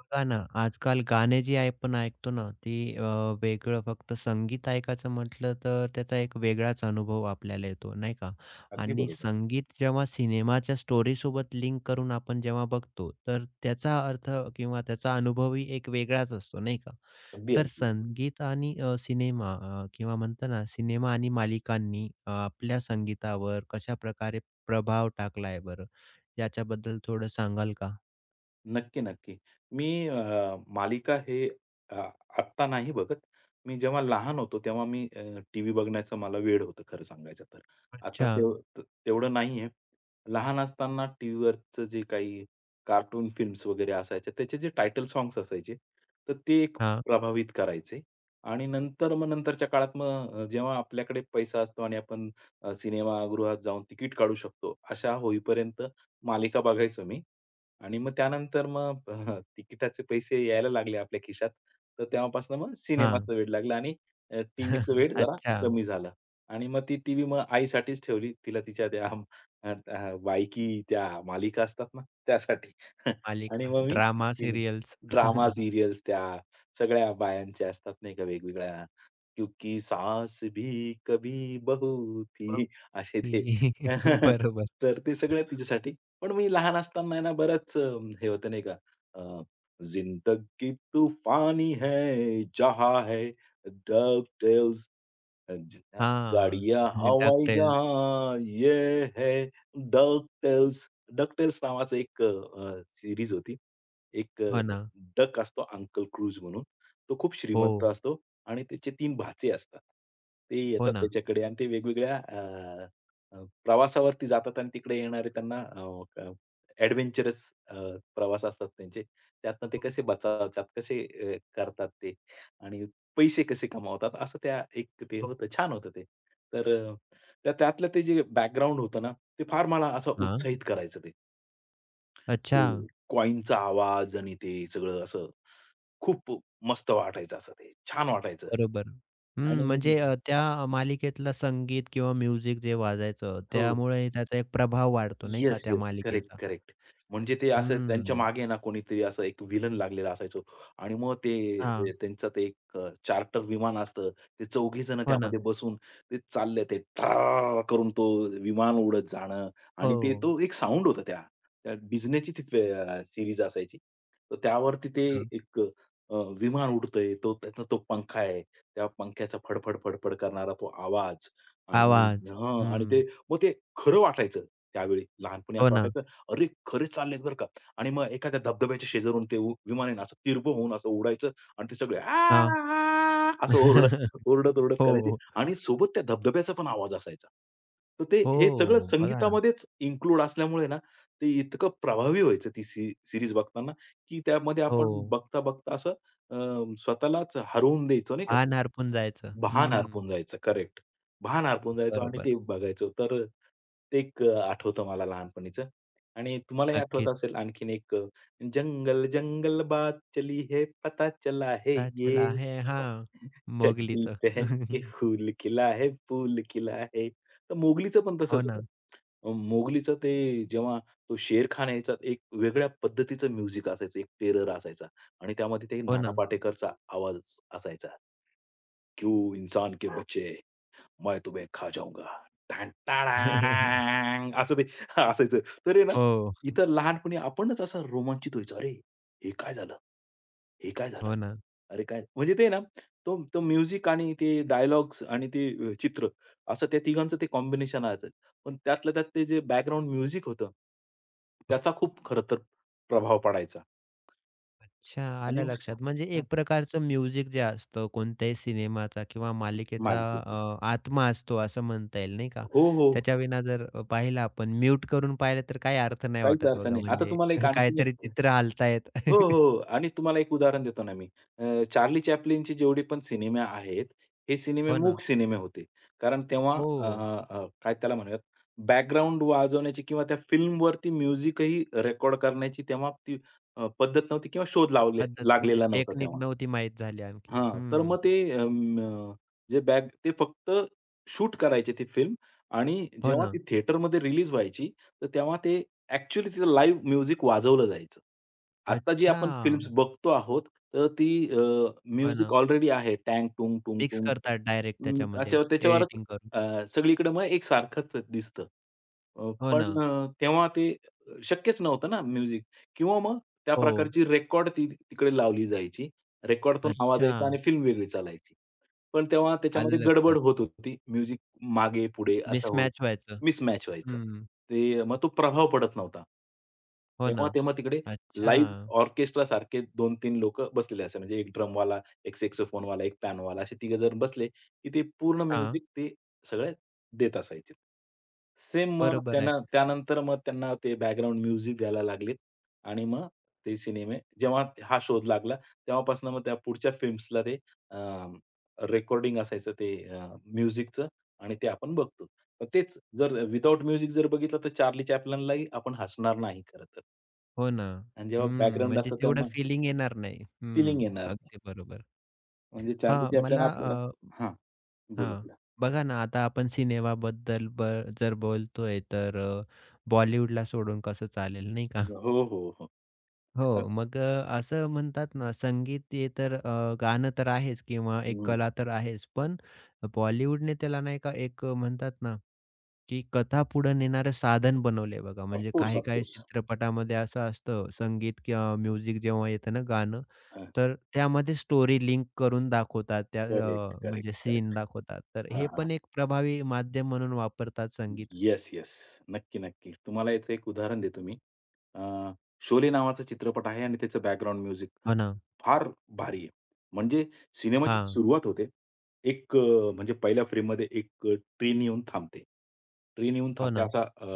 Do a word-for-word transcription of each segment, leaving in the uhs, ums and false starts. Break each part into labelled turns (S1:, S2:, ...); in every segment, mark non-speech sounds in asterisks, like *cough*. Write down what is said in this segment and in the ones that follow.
S1: बघा ना, आजकाल गाणे जी आपण ऐकतो ना, ती अ, वेगळं फक्त संगीत ऐकायचं म्हटलं तर त्याचा एक वेगळाच अनुभव आपल्याला येतो, नाही का?
S2: अगदी
S1: आणि
S2: बरोबर.
S1: संगीत जेव्हा सिनेमाच्या स्टोरी स्टोरीसोबत लिंक करून आपण जेव्हा बघतो, तर त्याचा अर्थ किंवा त्याचा अनुभवही एक वेगळाच असतो, नाही का?
S2: अगदी,
S1: तर
S2: अगदी.
S1: संगीत आणि अ, सिनेमा अ, किंवा म्हणतो ना, सिनेमा आणि मालिकांनी अ, आपल्या संगीतावर कशाप्रकारे प्रभाव टाकला बरं? याच्याबद्दल थोडं सांगाल का?
S2: नक्की, नक्की. मी अ, मालिका हे अ, आत्ता नाही बघत. मी जेव्हा लहान होतो तेव्हा मी अ, टीव्ही बघण्याचं मला वेड होतं खरं सांगायचं तर. आता
S1: अच्छा.
S2: तेव त- तेवढं नाहीये. लहान असताना टीव्हीवरचं जे काही कार्टून फिल्म्स वगैरे असायच्या त्याचे जे टायटल सॉन्ग्स असायचे, तर ते एक
S1: हां,
S2: प्रभावित करायचे आणि नंतर मग नंतरच्या काळात मग अ, जेव्हा आपल्याकडे पैसा असतो आणि आपण अ, सिनेमागृहात जाऊन तिकीट काढू शकतो, अशा होईपर्यंत मालिका बघायचो मी. आणि मग त्यानंतर मग अ, तिकिटाचे पैसे यायला लागले आपल्या खिशात. तर तेव्हापासून मग
S1: हां.
S2: सिनेमाचं वेड लागलं आणि अ, टीव्हीचं
S1: *laughs*
S2: वेड जरा
S1: अच्छा,
S2: कमी झालं. आणि मग ती टीव्ही मग आईसाठीच ठेवली. तिला तिच्या त्या अम, अ, अ, बायकी त्या मालिका असतात ना त्यासाठी. *laughs* आणि
S1: मालिका,
S2: मग मी
S1: ड्रामा सीरियल्स.
S2: ड्रामा सीरियल्स त्या सगळ्या बायांच्या असतात नाही का वेगवेगळ्या, क्योंकि सास भी कभी बहू थी
S1: ओके.
S2: असे ते.
S1: *laughs* *laughs*
S2: *laughs*
S1: बरोबर.
S2: तर ते सगळं तिच्यासाठी पण मी लहान असताना आहे ना बरंच अ, हे होतं नाही का अ, जिंदगी तूफानी है जहा है डग टेल्स ज
S1: हां.
S2: गाडिया हवाई
S1: डकटेल्स.
S2: जहां ये है डक टेल्स, डक टेल्स नावाचं एक अ, सीरीज होती. एक
S1: हो
S2: अ,
S1: ना.
S2: डक असतो अंकल क्रूज म्हणून. तो खूप
S1: हो,
S2: श्रीमंत असतो आणि त्याचे तीन भाचे असतात. ते
S1: हो
S2: येतात
S1: ना.
S2: त्याच्याकडे आणि ते वेगवेगळ्या अ, अ, प्रवासावरती जातात आणि तिकडे येणारे त्यांना अ, प्रवास असतात त्यांचे. त्यातनं ते कसे बचावतात, कसे अ, करतात ते आणि पैसे कसे कमावतात असं त्या एक ते
S1: हो.
S2: होतं. छान होतं ते. तर अ, त्या त्यातलं ते जे बॅकग्राऊंड होतं ना, ते फार मला असं
S1: हां.
S2: उत्साहित करायचं ते. ते
S1: अच्छा,
S2: कॉइनचा आवाज आणि ते सगळं असं खूप मस्त वाटायचं असं ते. छान वाटायचं.
S1: बरोबर. हं,
S2: आणि
S1: म्हणजे अ, त्या मालिकेतलं संगीत किंवा म्युझिक जे वाजायचं,
S2: हो.
S1: त्यामुळे त्याचा एक प्रभाव वाढतो नाही का
S2: येस,
S1: त्या
S2: येस. करेक्ट,
S1: मालिकेचा.
S2: करेक्ट. म्हणजे ते असं त्यांच्या
S1: हं.
S2: मागे ना कोणीतरी असं एक विलन लागलेला असायचो आणि मग ते
S1: हां.
S2: अ, त्यांचं ते एक चार्टर विमान असतं. ते चौघीजण
S1: हो ना.
S2: त्यामध्ये बसून ते चालले ते ट्राआआ करून तो विमान उडत जाणं आणि ते
S1: हो,
S2: तो एक साउंड होता त्या. त्या Disneyची ती अ, असायची. तर त्यावरती ते
S1: हो ना.
S2: एक अ, विमान उडतंय. तो त्याचा तो पंखा आहे. त्या पंख्याचा फडफड, फडफड करणारा तो आवाज आणि
S1: आवाज.
S2: हं. आणि
S1: हं.
S2: ते मग ते खरं वाटायचं त्यावेळी. लहानपणी
S1: हो
S2: असं
S1: ना.
S2: वाटायचं, "अरे, खरे चाललेत बरं का" आणि मग एखाद्या धबधब्याच्या शेजारून ते उ विमान आहे ना, असं तिरभं होऊन असं उडायचं आणि ते सगळे "आ,
S1: हां.
S2: असं ओरडत,
S1: *laughs*
S2: ओरडत-ओरडत करायचे
S1: हो,
S2: आणि सोबत त्या धबधब्याचा पण आवाज असायचा. तर ते हे सगळं
S1: हो. बघा ना.
S2: संगीतामध्येच इन्क्लूड असल्यामुळे ना, ते इतकं प्रभावी व्हायचं ती सी बघताना, की त्यामध्ये आपण
S1: हो.
S2: बघता-बघता असं अ, स्वतःलाच हरवून द्यायचो नाही का ते.
S1: पान हरपून जायचं.
S2: भान
S1: हं,
S2: हरपून जायचं. करेक्ट. भान हरपून जायचो आणि
S1: बरोबर.
S2: ते बघायचो. तर ते एक अ, आठवतं मला लहानपणीचं आणि तुम्हालाही आठवत
S1: नक्कीच.
S2: असेल आणखीन एक अ, जंगल जंगल बात चली है पता चला है
S1: चला
S2: ये.
S1: है हां,
S2: चड्डी
S1: मोगलीचं.
S2: पहन के
S1: *laughs*
S2: फूल खिला है, फूल खिला है. तर मोगलीचं पण
S1: हो
S2: तसंच
S1: ना,
S2: होतं. अ, मोगलीचं ते जेव्हा तो शेरखान यायचा एक वेगळ्या पद्धतीचं म्युझिक असायचं, एक टेरर असायचा आणि त्यामध्ये ते
S1: हो
S2: नाना
S1: ना.
S2: पाटेकरचा आवाज असायचा. क्यू इंसान के बच्चे. मैं तुम्हे खा जाऊंगा. टॅन
S1: *laughs*
S2: टँग असं ते असायचं. तर आहे ना,
S1: हो,
S2: इथं लहानपणी आपणच असं रोमांचित व्हायचो. "अरे, हे काय झालं? हे काय झालं?
S1: हो ना.
S2: अरे काय?" म्हणजे ते ना, तो तो म्युझिक आणि ते डायलॉग्स आणि ते अ, चित्र असं त्या तिघांचं ते कॉम्बिनेशन आहे. पण त्यातल्या त्यात ते जे बॅकग्राऊंड म्युझिक होतं, त्याचा खूप खरं तर प्रभाव पडायचा
S1: अच्छा,
S2: आणि
S1: आलं
S2: मग
S1: लक्षात. म्हणजे
S2: हां,
S1: एक प्रकारचं म्युझिक जे असतं कोणत्याही सिनेमाचा किंवा मालिकेचा
S2: मालिकेचं.
S1: अ, आत्मा असतो असं म्हणता येईल नाही का?
S2: हो, हो,
S1: त्याच्याविना जर अ, पाहिलं आपण म्यूट करून पाहिलं तर काही अर्थ नाही
S2: काहीच
S1: वाटत
S2: अर्थ
S1: बघा
S2: नाही. आता
S1: म्हणजे
S2: तुम्हाला एक
S1: *laughs*
S2: आणखीन एक
S1: काहीतरी
S2: हो,
S1: चित्र हालतायत.
S2: हो.
S1: *laughs*
S2: हो. आणि तुम्हाला एक उदाहरण देतो ना मी. अ, चार्ली चॅप्लिनचे जेवढे पण सिनेमे आहेत, हे सिनेमे
S1: हो ना.
S2: मूक सिनेमे होते. कारण तेव्हा
S1: हो.
S2: अ, अ, काय त्याला म्हणूयात, बॅकग्राऊंड वाजवण्याची किंवा त्या फिल्मवरती म्युझिकही रेकॉर्ड करण्याची तेव्हा ती अ, पद्धत नव्हती किंवा शोध लावले
S1: पद्धत नव्हती.
S2: लागलेला नव्हता
S1: टेक्निक
S2: तेव्हा.
S1: नव्हती माहीत झाली आणखीन.
S2: हां. तर
S1: हं.
S2: मग ते अं, अ, जे बॅक ते फक्त शूट करायचे ती फिल्म आणि
S1: हो
S2: जेव्हा
S1: ना.
S2: ती थिएटरमध्ये रिलीज व्हायची, तर तेव्हा ते ॲक्चुअली तिथं लाईव्ह म्युझिक वाजवलं जायचं. आता जी आपण
S1: अच्छा!
S2: फिल्म्स बघतो आहोत, तर ती अ,
S1: हो
S2: म्युझिक
S1: ना.
S2: ऑलरेडी आहे. टँग टुंग टुंग
S1: मिक्स
S2: टुंग
S1: करतात डायरेक्ट
S2: अं,
S1: त्याच्यामध्ये
S2: अच्छा त्याच्यावरच
S1: एडिटिंग करून.
S2: अ, सगळीकडे मग एकसारखंच दिसतं. अ,
S1: हो ना.
S2: पण अ, तेव्हा ते शक्यच नव्हतं ना म्युझिक किंवा मग त्या
S1: हो.
S2: प्रकारची रेकॉर्ड ती तिकडे लावली जायची. रेकॉर्डतून आवाज
S1: अच्छा.
S2: यायचा आणि फिल्म वेगळी चालायची. पण तेव्हा
S1: आलं
S2: त्याच्यामध्ये गडबड
S1: लक्षात.
S2: होत होती. म्युझिक मागे-पुढे असं होत
S1: मिसमॅच व्हायचं.
S2: मिसमॅच व्हायचं.
S1: हं.
S2: ते मग तो प्रभाव पडत नव्हता.
S1: हो ना.
S2: तेव्हा, तेव्हा तिकडे
S1: अच्छा.
S2: लाईव्ह ऑर्केस्ट्रासारखे दोन-तीन लोकं बसलेले असे. म्हणजे एक ड्रमवाला, एक saxophone वाला एक पियानोवाला असे तिघं जण बसले, की ते पूर्ण
S1: हां.
S2: म्युझिक ते सगळे देत असायचे. सेम मग
S1: बरोबर आहे.
S2: त्यांना त्यानंतर मग त्यांना ते बॅकग्राऊंड म्युझिक द्यायला लागलेत आणि मग ते सिनेमे जेव्हा हा शोध लागला, तेव्हापासून मग त्या पुढच्या फिल्म्सला ते रेकॉर्डिंग असायचं ते अ, म्युझिकचं आणि ते आपण बघतो. मग तेच जर विथआऊट म्युझिक जर बघितलं तर चार्ली चॅप्लनलाही आपण हसणार नाही खरं तर.
S1: हो ना.
S2: आणि जेव्हा
S1: हं.
S2: बॅकग्राऊंड
S1: म्हणजे
S2: असतं
S1: तेवढं
S2: तेव्हा
S1: फिलिंग येणार नाही. हं.
S2: फीलिंग येणार नाही.
S1: अगदी बरोबर.
S2: म्हणजे चार्ली
S1: हां,
S2: चॅप्लिन
S1: मला
S2: आपल्याला
S1: अ,
S2: हां, बोला,
S1: हां.
S2: बोला.
S1: बघा ना, आता आपण सिनेमाबद्दल ब जर बोलतोय तर अ, बॉलिवूडला सोडून कसं चालेल नाही का?
S2: हो, हो, हो. अ,
S1: हो, मग अ, असं म्हणतात ना, संगीत हे तर अ, गाणं तर आहेच किंवा एक
S2: हं.
S1: कला तर आहेच. पण बॉलिवूडने त्याला नाही का एक अ, म्हणतात ना, की कथा पुढे नेणारं साधन बनवलंय बघा.
S2: ऑफ
S1: म्हणजे काही-काही चित्रपटामध्ये असं असतं, संगीत किंवा म्युझिक जेव्हा येतं ना गाणं, तर त्यामध्ये स्टोरी लिंक करून दाखवतात. त्या
S2: करेक्ट,
S1: अ,
S2: करेक्ट,
S1: म्हणजे सीन
S2: करेक्ट.
S1: दाखवतात. तर हे
S2: हां, हां.
S1: पण एक प्रभावी माध्यम म्हणून वापरतात संगीत.
S2: Yes, yes. नक्की, नक्की. तुम्हाला याचं एक उदाहरण देतो मी. अ, शोले नावाचा चित्रपट आहे आणि त्याचं बॅकग्राऊंड म्युझिक
S1: हो ना.
S2: फार भारी आहे. म्हणजे सिनेमाची
S1: हां.
S2: सुरुवात होते. एक अ, म्हणजे पहिल्या फ्रेममध्ये एक अ, ट्रेन येऊन थांबते. ट्रेन येऊन
S1: हो
S2: थांबते
S1: ना.
S2: असा अ,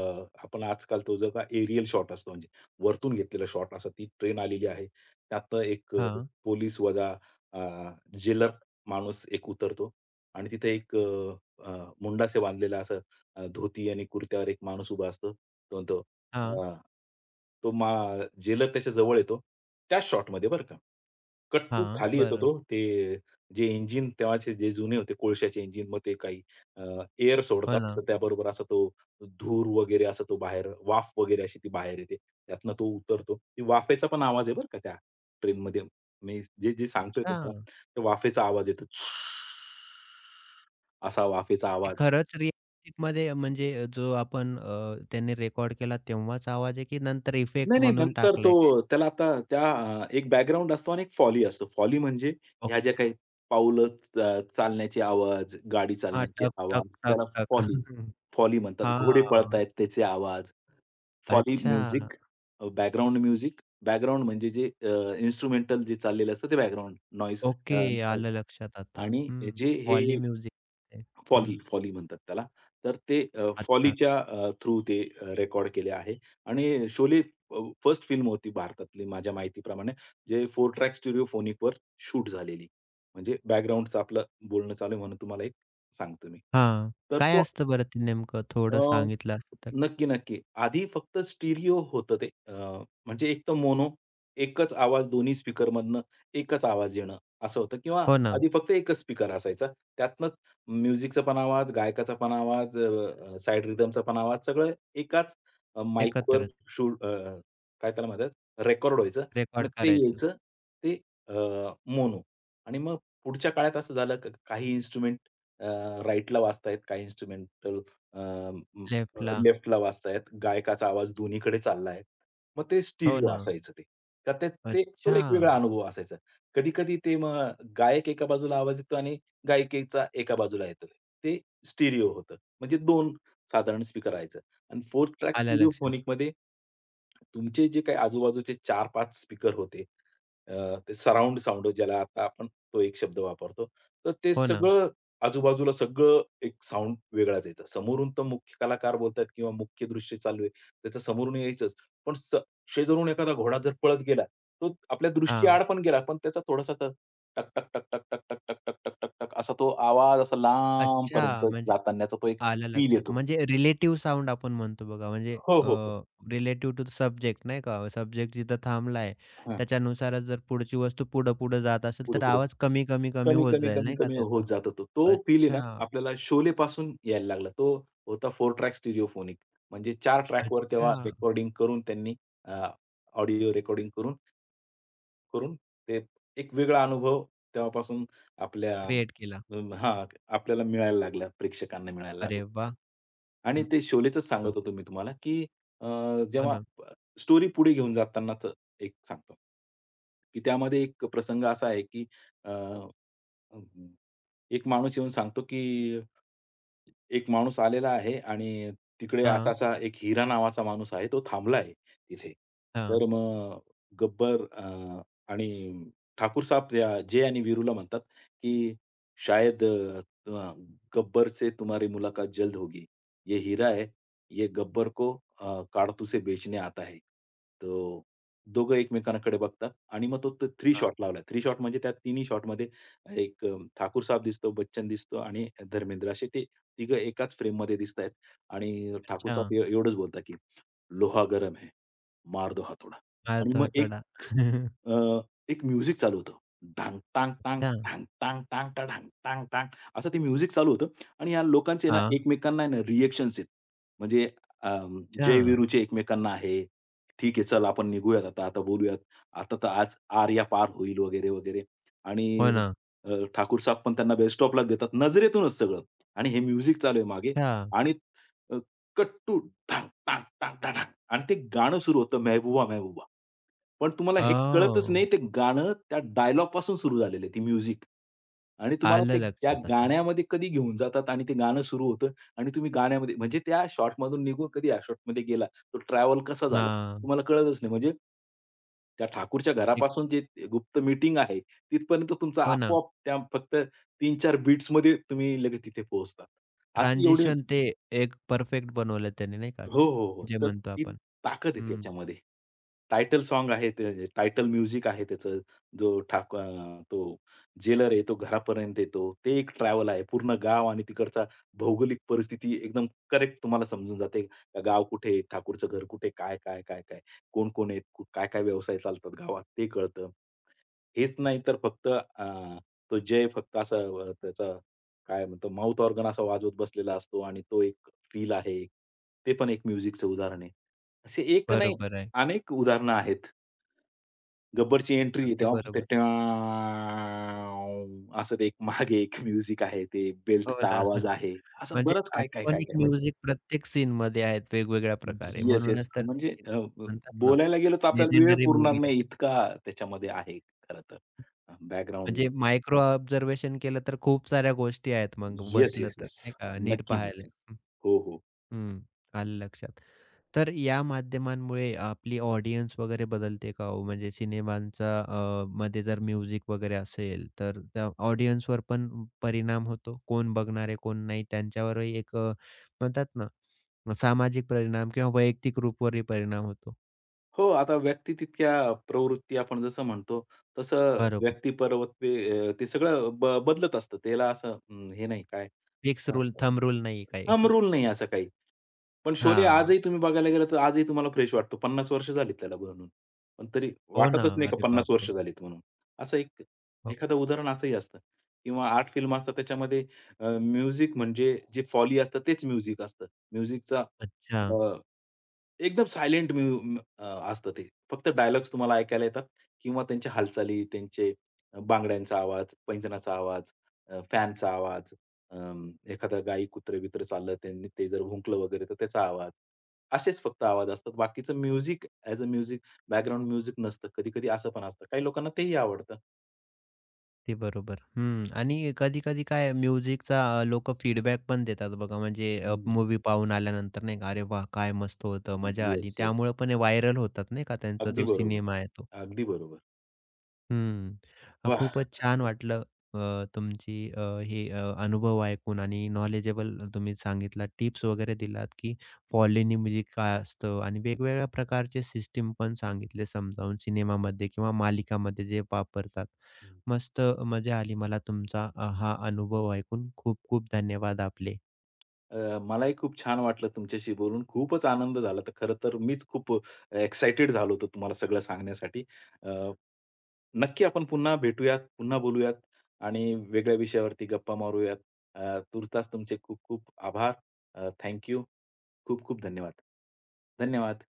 S2: आपण आजकाल तो जो का एरियल शॉट असतो म्हणजे वरतून घेतलेला शॉट असा ती ट्रेन आलेली आहे. त्यातनं एक अ,
S1: हां,
S2: पोलीस वजा अ, जेलर माणूस एक उतरतो आणि तिथे एक अ, अ, मुंडासे बांधलेला असं अ, धोती आणि कुर्त्यावर एक माणूस उभा असतो. तो म्हणतो
S1: हां,
S2: हां. तो मा जेलर त्याच्या जवळ येतो. त्याच शॉटमध्ये बरं का. कट टू
S1: हां.
S2: खाली येतो
S1: बरं.
S2: तो. ते जे इंजिन तेव्हाचे जे जुने होते कोळशाचे इंजिन मग ते काही अ, एअर
S1: हो
S2: सोडतात.
S1: ना.
S2: तर त्याबरोबर असा तो धूर वगैरे असा तो बाहेर वाफ वगैरे अशी ती बाहेर येते. त्यातनं तो उतरतो. ती वाफेचा पण आवाज आहे बरं का त्या ट्रेनमध्ये. मी जे, जे सांगतोय
S1: अच्छा.
S2: तुम्हाला, त्या वाफेचा आवाज येतो. असा वाफेचा
S1: ते
S2: आवाज.
S1: खरंच रिअलिस्टिकमध्ये म्हणजे जो आपण अ, त्यांनी रेकॉर्ड केला तेव्हाच आवाज आहे की नंतर
S2: नाही,
S1: इफेक्ट
S2: नाही.
S1: म्हणून
S2: नंतर
S1: टाकलाय काय?
S2: तो त्याला आता त्या अ, एक बॅकग्राऊंड असतो आणि एक फॉली असतो. फॉली म्हणजे ह्या ज्या
S1: ओके.
S2: काही पाऊलं अ, चालण्याचे आवाज, गाडी
S1: हां.
S2: चालण्याचे
S1: टक, टक,
S2: आवाज,
S1: टक,
S2: त्याला
S1: टक.
S2: फॉली,
S1: *laughs*
S2: फॉली म्हणतात. घोडे
S1: हां.
S2: पळतायत त्याचे आवाज, फॉली
S1: अच्छा.
S2: Music, background music. बॅकग्राऊंड म्हणजे जे इन्स्ट्रुमेंटल जे चाललेलं असतं ते बॅकग्राऊंड नॉईज.
S1: ओके. आलं लक्षात आता.
S2: आणि
S1: हं.
S2: जे हे
S1: पॉली म्युझिक आहे.
S2: फॉली,
S1: हं.
S2: फॉली म्हणतात त्याला. तर ते अ,
S1: अच्छा.
S2: फॉलीच्या अ, थ्रू ते अ, रेकॉर्ड केले आहे आणि शोले फर्स्ट फिल्म होती भारतातली माझ्या माहितीप्रमाणे, जे चार ट्रॅक स्टिरिओफोनिकवर शूट झालेली. म्हणजे बॅकग्राऊंडचं आपलं बोलणं चालू आहे म्हणून तुम्हाला एक सांगतो मी.
S1: हां.
S2: तर
S1: काय
S2: तो
S1: असतं बरं ते नेमकं? थोडं सांगितलं असतं तर?
S2: नक्की, नक्की. आधी फक्त स्टिरिओ होतं ते. अ, म्हणजे एक तर मोनो, एकच आवाज दोन्ही स्पीकरमधनं एकच आवाज येणं असं होतं किंवा
S1: हो ना.
S2: आधी फक्त एकच स्पीकर असायचा. त्यातनंच म्युझिकचा पण आवाज, गायकाचा पण आवाज, अ, साइड रिदमचा पण आवाज सगळं एकाच अ, माईकवर
S1: एकत्रच
S2: शूट अ, काय त्याला म्हणतात रेकॉर्ड व्हायचं आणि
S1: रेकॉर्ड
S2: ते
S1: करायचं.
S2: यायचं ते मोनो आणि मग पुढच्या काळात असं झालं क- काही इन्स्ट्रुमेंट अ, वाजतायत, काही इन्स्ट्रुमेंटल अ,
S1: लेफ्टला.
S2: लेफ्टला वाजतायत, गायकाचा आवाज दोन्हीकडे चाललाय. मग ते
S1: हो
S2: स्टिरिओ
S1: ना.
S2: असायचं ते. तर ते ते तो
S1: अच्छा.
S2: एक वेगळा अनुभव असायचा. कधी-कधी ते मग गायक एका बाजूला आवाज येतो आणि गायिकेचा एका बाजूला येतोय. ते स्टिरिओ होतं. म्हणजे दोन साधारण स्पीकर राहायचं आणि चार ट्रॅक
S1: आलं लक्षात.
S2: स्टिरिओफोनिकमध्ये तुमचे जे काही आजूबाजूचे चार-पाच स्पीकर होते, अ, ते सराउंड साउंड ज्याला आता आपण तो एक शब्द वापरतो. तर ते
S1: हो ना.
S2: सगळं आजूबाजूला सगळं एक साउंड वेगळाच यायचा. समोरून तर मुख्य कलाकार बोलतायत किंवा मुख्य दृश्य चालू आहे, त्याचं समोरून यायचंच. पण स शेजारून एखादा घोडा जर पळत गेला, तो आपल्या
S1: हां.
S2: दृष्टीआड पण गेला, पण त्याचा थोडासा तर टक, टक, टक, टक, टक, टक, टक, टक, टक, टक, टक असा तो आवाज असा लांबपर्यंत
S1: अच्छा. म्हणजे
S2: जातानाचा तो एक
S1: आलं
S2: फील
S1: लक्षात.
S2: येतो.
S1: म्हणजे रिलेटिव्ह साउंड आपण म्हणतो बघा म्हणजे
S2: हो,
S1: अ,
S2: हो, हो.
S1: रिलेटिव्ह टू सब्जेक्ट नाही का? सब्जेक्ट जिथं थांबलाय
S2: हं.
S1: त्याच्यानुसारच जर पुढची वस्तू पुढं-पुढं जात असेल तर
S2: पुढे-पुढे.
S1: आवाज कमी, कमी, कमी
S2: कमी,
S1: होत
S2: कमी,
S1: जाईल
S2: कमी,
S1: नाही का
S2: कमी
S1: त्याचा?
S2: होत जात होतो. तो फील आहे ना,
S1: अच्छा,
S2: आपल्याला शोलेपासून यायला लागला. तो होता चार ट्रॅक स्टिरिओफोनिक. म्हणजे चार ट्रॅकवर
S1: अच्छा.
S2: तेव्हा रेकॉर्डिंग करून त्यांनी अ, ऑडिओ रेकॉर्डिंग करून करून ते एक वेगळा अनुभव तेव्हापासून आपल्या
S1: क्रिएट केला.
S2: अं, हां, आपल्याला मिळायला लागला, प्रेक्षकांना मिळायला
S1: अरे
S2: लागला.
S1: वाह!
S2: आणि ते शोलेचंच सांगत
S1: मस्त.
S2: होतो मी तुम्हाला, की अ,
S1: हो
S2: जेव्हा
S1: ना.
S2: स्टोरी पुढे घेऊन जातानाच एक सांगतो, की त्यामध्ये एक प्रसंग असा आहे, की अ, अ, एक माणूस येऊन सांगतो, की एक माणूस आलेला आहे आणि तिकडे
S1: हां,
S2: असा-असा एक हिरा नावाचा माणूस आहे, तो थांबला आहे तिथे. तर
S1: हां,
S2: मग गब्बर अ, आणि ठाकूर साहब त्या जय आणि वीरूला म्हणतात, की "शायद अ, अ, गब्बर से तुम्हारी मुलाकात जल्द होगी. ये हीरा है, ये गब्बर को अ, काढतू से बेचने आता है." तो दोघं एकमेकांकडे बघतात आणि मग तो तीन
S1: हां.
S2: शॉट लावला. तीन शॉट म्हणजे त्या तिन्ही शॉटमध्ये एक अ, ठाकूर साहेब दिसतो, बच्चन दिसतो आणि धर्मेंद्र असे ते तिघं एकाच फ्रेममध्ये दिसतायत आणि ठाकूर
S1: अच्छा.
S2: साहेब एव एवढंच बोलतात, की "लोहा गरम है, मार दो हथौड़ा." आणि मग एक
S1: हां. *laughs*
S2: अ, एक म्युझिक चालू होतं. ढांग टांग टांग
S1: अच्छा.
S2: ढांग टांग टांग टाढांग टांग टांग असं ते म्युझिक चालू होतं आणि या लोकांचे ना
S1: हां.
S2: एकमेकांना आहे ना रिएक्शन्स आहेत. म्हणजे अं,
S1: अच्छा.
S2: जय वीरूचे एकमेकांना आहे, "ठीक आहे चल आपण निघूयात आता, आता बोलूयात. आता तर आज आर या पार होईल" वगैरे, वगैरे
S1: हो
S2: आणि
S1: ना.
S2: अ, ठाकूर साब पण त्यांना बेल देतात. नजरेतूनच सगळं आणि हे म्युझिक चालू आहे मागे
S1: अच्छा.
S2: आणि अ, कट्टू ढांग, टांग, टांग, टांग, टांग आणि ते गाणं सुरू होतं, "मेहबूबा, मेहबूबा." पण तुम्हाला हे कळतच नाही
S1: ओह!
S2: ते गाणं त्या डायलॉगपासून सुरू झालेलं आहे, ती म्युझिक आणि तुम्हाला ते
S1: आलं
S2: त्या
S1: लक्षात आता.
S2: गाण्यामध्ये कधी घेऊन जातात आणि ते गाणं सुरू होतं आणि तुम्ही गाण्यामध्ये म्हणजे त्या शॉटमधून निघून कधी या शॉटमध्ये गेला, तो ट्रॅव्हल कसा झाला
S1: हां.
S2: तुम्हाला कळतच नाही. म्हणजे त्या ठाकूरच्या
S1: एक
S2: घरापासून जे गुप्त मीटिंग आहे, तिथपर्यंत तुमचा
S1: हो ना.
S2: आपोआप त्या फक्त तीन-चार बीट्समध्ये तुम्ही लगेच तिथे पोहोचता. अशी एवढी
S1: ट्रान्झिशन ते एक परफेक्ट बनवलं त्याने नाही का?
S2: हो, हो, हो.
S1: जे
S2: तर
S1: म्हणतो
S2: ती
S1: आपण.
S2: ताकद आहे
S1: हं,
S2: त्याच्यामध्ये. टायटल सॉन्ग आहे, ते टायटल म्युझिक आहे त्याचं. जो ठाक अ, तो जेलर आहे, तो घरापर्यंत येतो. ते एक ट्रॅव्हल आहे. पूर्ण गाव आणि तिकडचा भौगोलिक परिस्थिती एकदम करेक्ट तुम्हाला समजून जाते. गाव कुठे आहे? ठाकूरचं घर कुठे? काय, काय, काय, काय? कोण-कोण आहेत? काय-काय व्यवसाय चालतात गावात? ते कळतं. हेच नाही तर फक्त अ, तो जय फक्त असा अ, त्याचा काय म्हणतो माउथ ऑर्गन असा वाजवत बसलेला असतो आणि तो एक फील आहे. ते पण एक म्युझिकचं उदाहरण आहे. असे एक नाही
S1: बरोबर आहे.
S2: अनेक उदाहरणं आहेत. गब्बरची एंट्री
S1: अगदी
S2: तेव्हा फक्त
S1: बरोबर.
S2: ट्याव असं ते एक मागे एक म्युझिक आहे. ते
S1: हो
S2: बेल्टचा
S1: ना.
S2: आवाज
S1: *laughs*
S2: आहे. असं
S1: म्हणजे
S2: बरंच काय, काय, काय,
S1: आयकॉनिक
S2: काय म्हणजे
S1: म्युझिक प्रत्येक सीनमध्ये आहेत वेगवेगळ्या प्रकारे.
S2: Yes, yes.
S1: म्हणूनच तर
S2: म्हणजे
S1: ते
S2: अ, ब
S1: म्हणतात ना,
S2: बोलायला गेलो तर आपल्याला वेळ
S1: लेजेंडरी
S2: पुरणार
S1: मूव्ही
S2: नाही
S1: आहे.
S2: इतका त्याच्यामध्ये आहे खरं तर. बॅकग्राऊंड
S1: म्हणजे मायक्रो ऑब्झर्वेशन केलं तर खूप साऱ्या गोष्टी आहेत मग
S2: येस,
S1: बसलं
S2: येस,
S1: तर
S2: येस.
S1: नाही का नीट
S2: नक्की,
S1: पाहायला.
S2: नक्की. हो, हो.
S1: हं. आलं लक्षात. तर या माध्यमांमुळे आपली ऑडियन्स वगैरे बदलते का हो? म्हणजे सिनेमांचा अ, मध्ये जर म्युझिक वगैरे असेल, तर त्या ऑडियन्सवर पण परिणाम होतो. कोण बघणार आहे, कोण नाही त्यांच्यावरही एक अ, म्हणतात ना, सामाजिक परिणाम किंवा वैयक्तिक रूपवरही परिणाम होतो.
S2: हो, आता व्यक्ती तितक्या प्रवृत्ती आपण जसं म्हणतो, तसं
S1: बरोबर.
S2: व्यक्तिपरवत्वे अ, ते सगळं ब बदलत असतं. त्याला असं अं, हे नाही काय
S1: fix
S2: uh,
S1: rule,
S2: uh,
S1: thumb rule नाही काही.
S2: थंब
S1: *laughs*
S2: रूल नाही असं काही. पण शोले
S1: हां.
S2: आजही तुम्ही बघायला गेला तर आजही तुम्हाला फ्रेश वाटतो. पन्नास वर्ष झालीत त्याला बनवून. पण तरी
S1: हो ना.
S2: वाटतच नाही का
S1: अरे
S2: पन्नास वर्ष
S1: बापरे!
S2: झालीत म्हणून. असं एक
S1: हो.
S2: एखादं उदाहरण असंही असतं किंवा आर्ट फिल्म असतात त्याच्यामध्ये म्युझिक म्हणजे जे फॉली असतं तेच म्युझिक असतं. म्युझिकचा
S1: अच्छा.
S2: एकदम सायलेंट म्यु म्यु अ, असतं ते. फक्त डायलॉग्स तुम्हाला ऐकायला येतात किंवा त्यांच्या हालचाली, त्यांचे बांगड्यांचा आवाज, पैंजणाचा आवाज, अ, फॅनचा आवाज, अं, एखादं गाई, कुत्रे-बित्र चाललं, त्यांनी ते जर भुंकलं वगैरे तर त्याचा आवाज. असेच फक्त आवाज असतात. बाकीचं music as a music, background music नसतं. कधी-कधी असं पण असतं. काही लोकांना तेही आवडतं.
S1: ते बरोबर. हं. आणि कधी-कधी काय म्युझिकचा अ, लोकं फीडबॅक पण देतात बघा, म्हणजे अ, मूव्ही पाहून आल्यानंतर नाही का, "अरे वा काय मस्त होतं, मजा आली."
S2: Yes, yes.
S1: त्यामुळे पण हे व्हायरल होतात नाही का, त्यांचा
S2: अगदी
S1: जो
S2: बरोबर.
S1: सिनेमा आहे तो.
S2: अगदी बरोबर.
S1: हं. अ,
S2: वाह!
S1: खूपच छान वाटलं अ, तुमची अ, हे अ, अनुभव ऐकून आणि नॉलेजेबल तुम्ही सांगितला टिप्स वगैरे दिलात, की फॉलिनी म्युझिक काय असतं आणि वेगवेगळ्या प्रकारचे सिस्टम पण सांगितले समजावून सिनेमामध्ये किंवा मालिकामध्ये जे वापरतात. मस्त मजा आली मला तुमचा अ, हा अनुभव ऐकून. खूप खूप धन्यवाद आपले.
S2: अ, मलाही खूप छान वाटलं तुमच्याशी बोलून. खूपच आनंद झाला. तर खरं तर मीच खूप एक्साइटेड झालो होतो तुम्हाला सगळं सांगण्यासाठी. अ, नक्की आपण पुन्हा भेटूयात, पुन्हा बोलूयात आणि वेगळ्या विषयावरती गप्पा मारूयात. अ, तूर्तास तुमचे खूप खूप आभार. अ, खूप खूप धन्यवाद. धन्यवाद.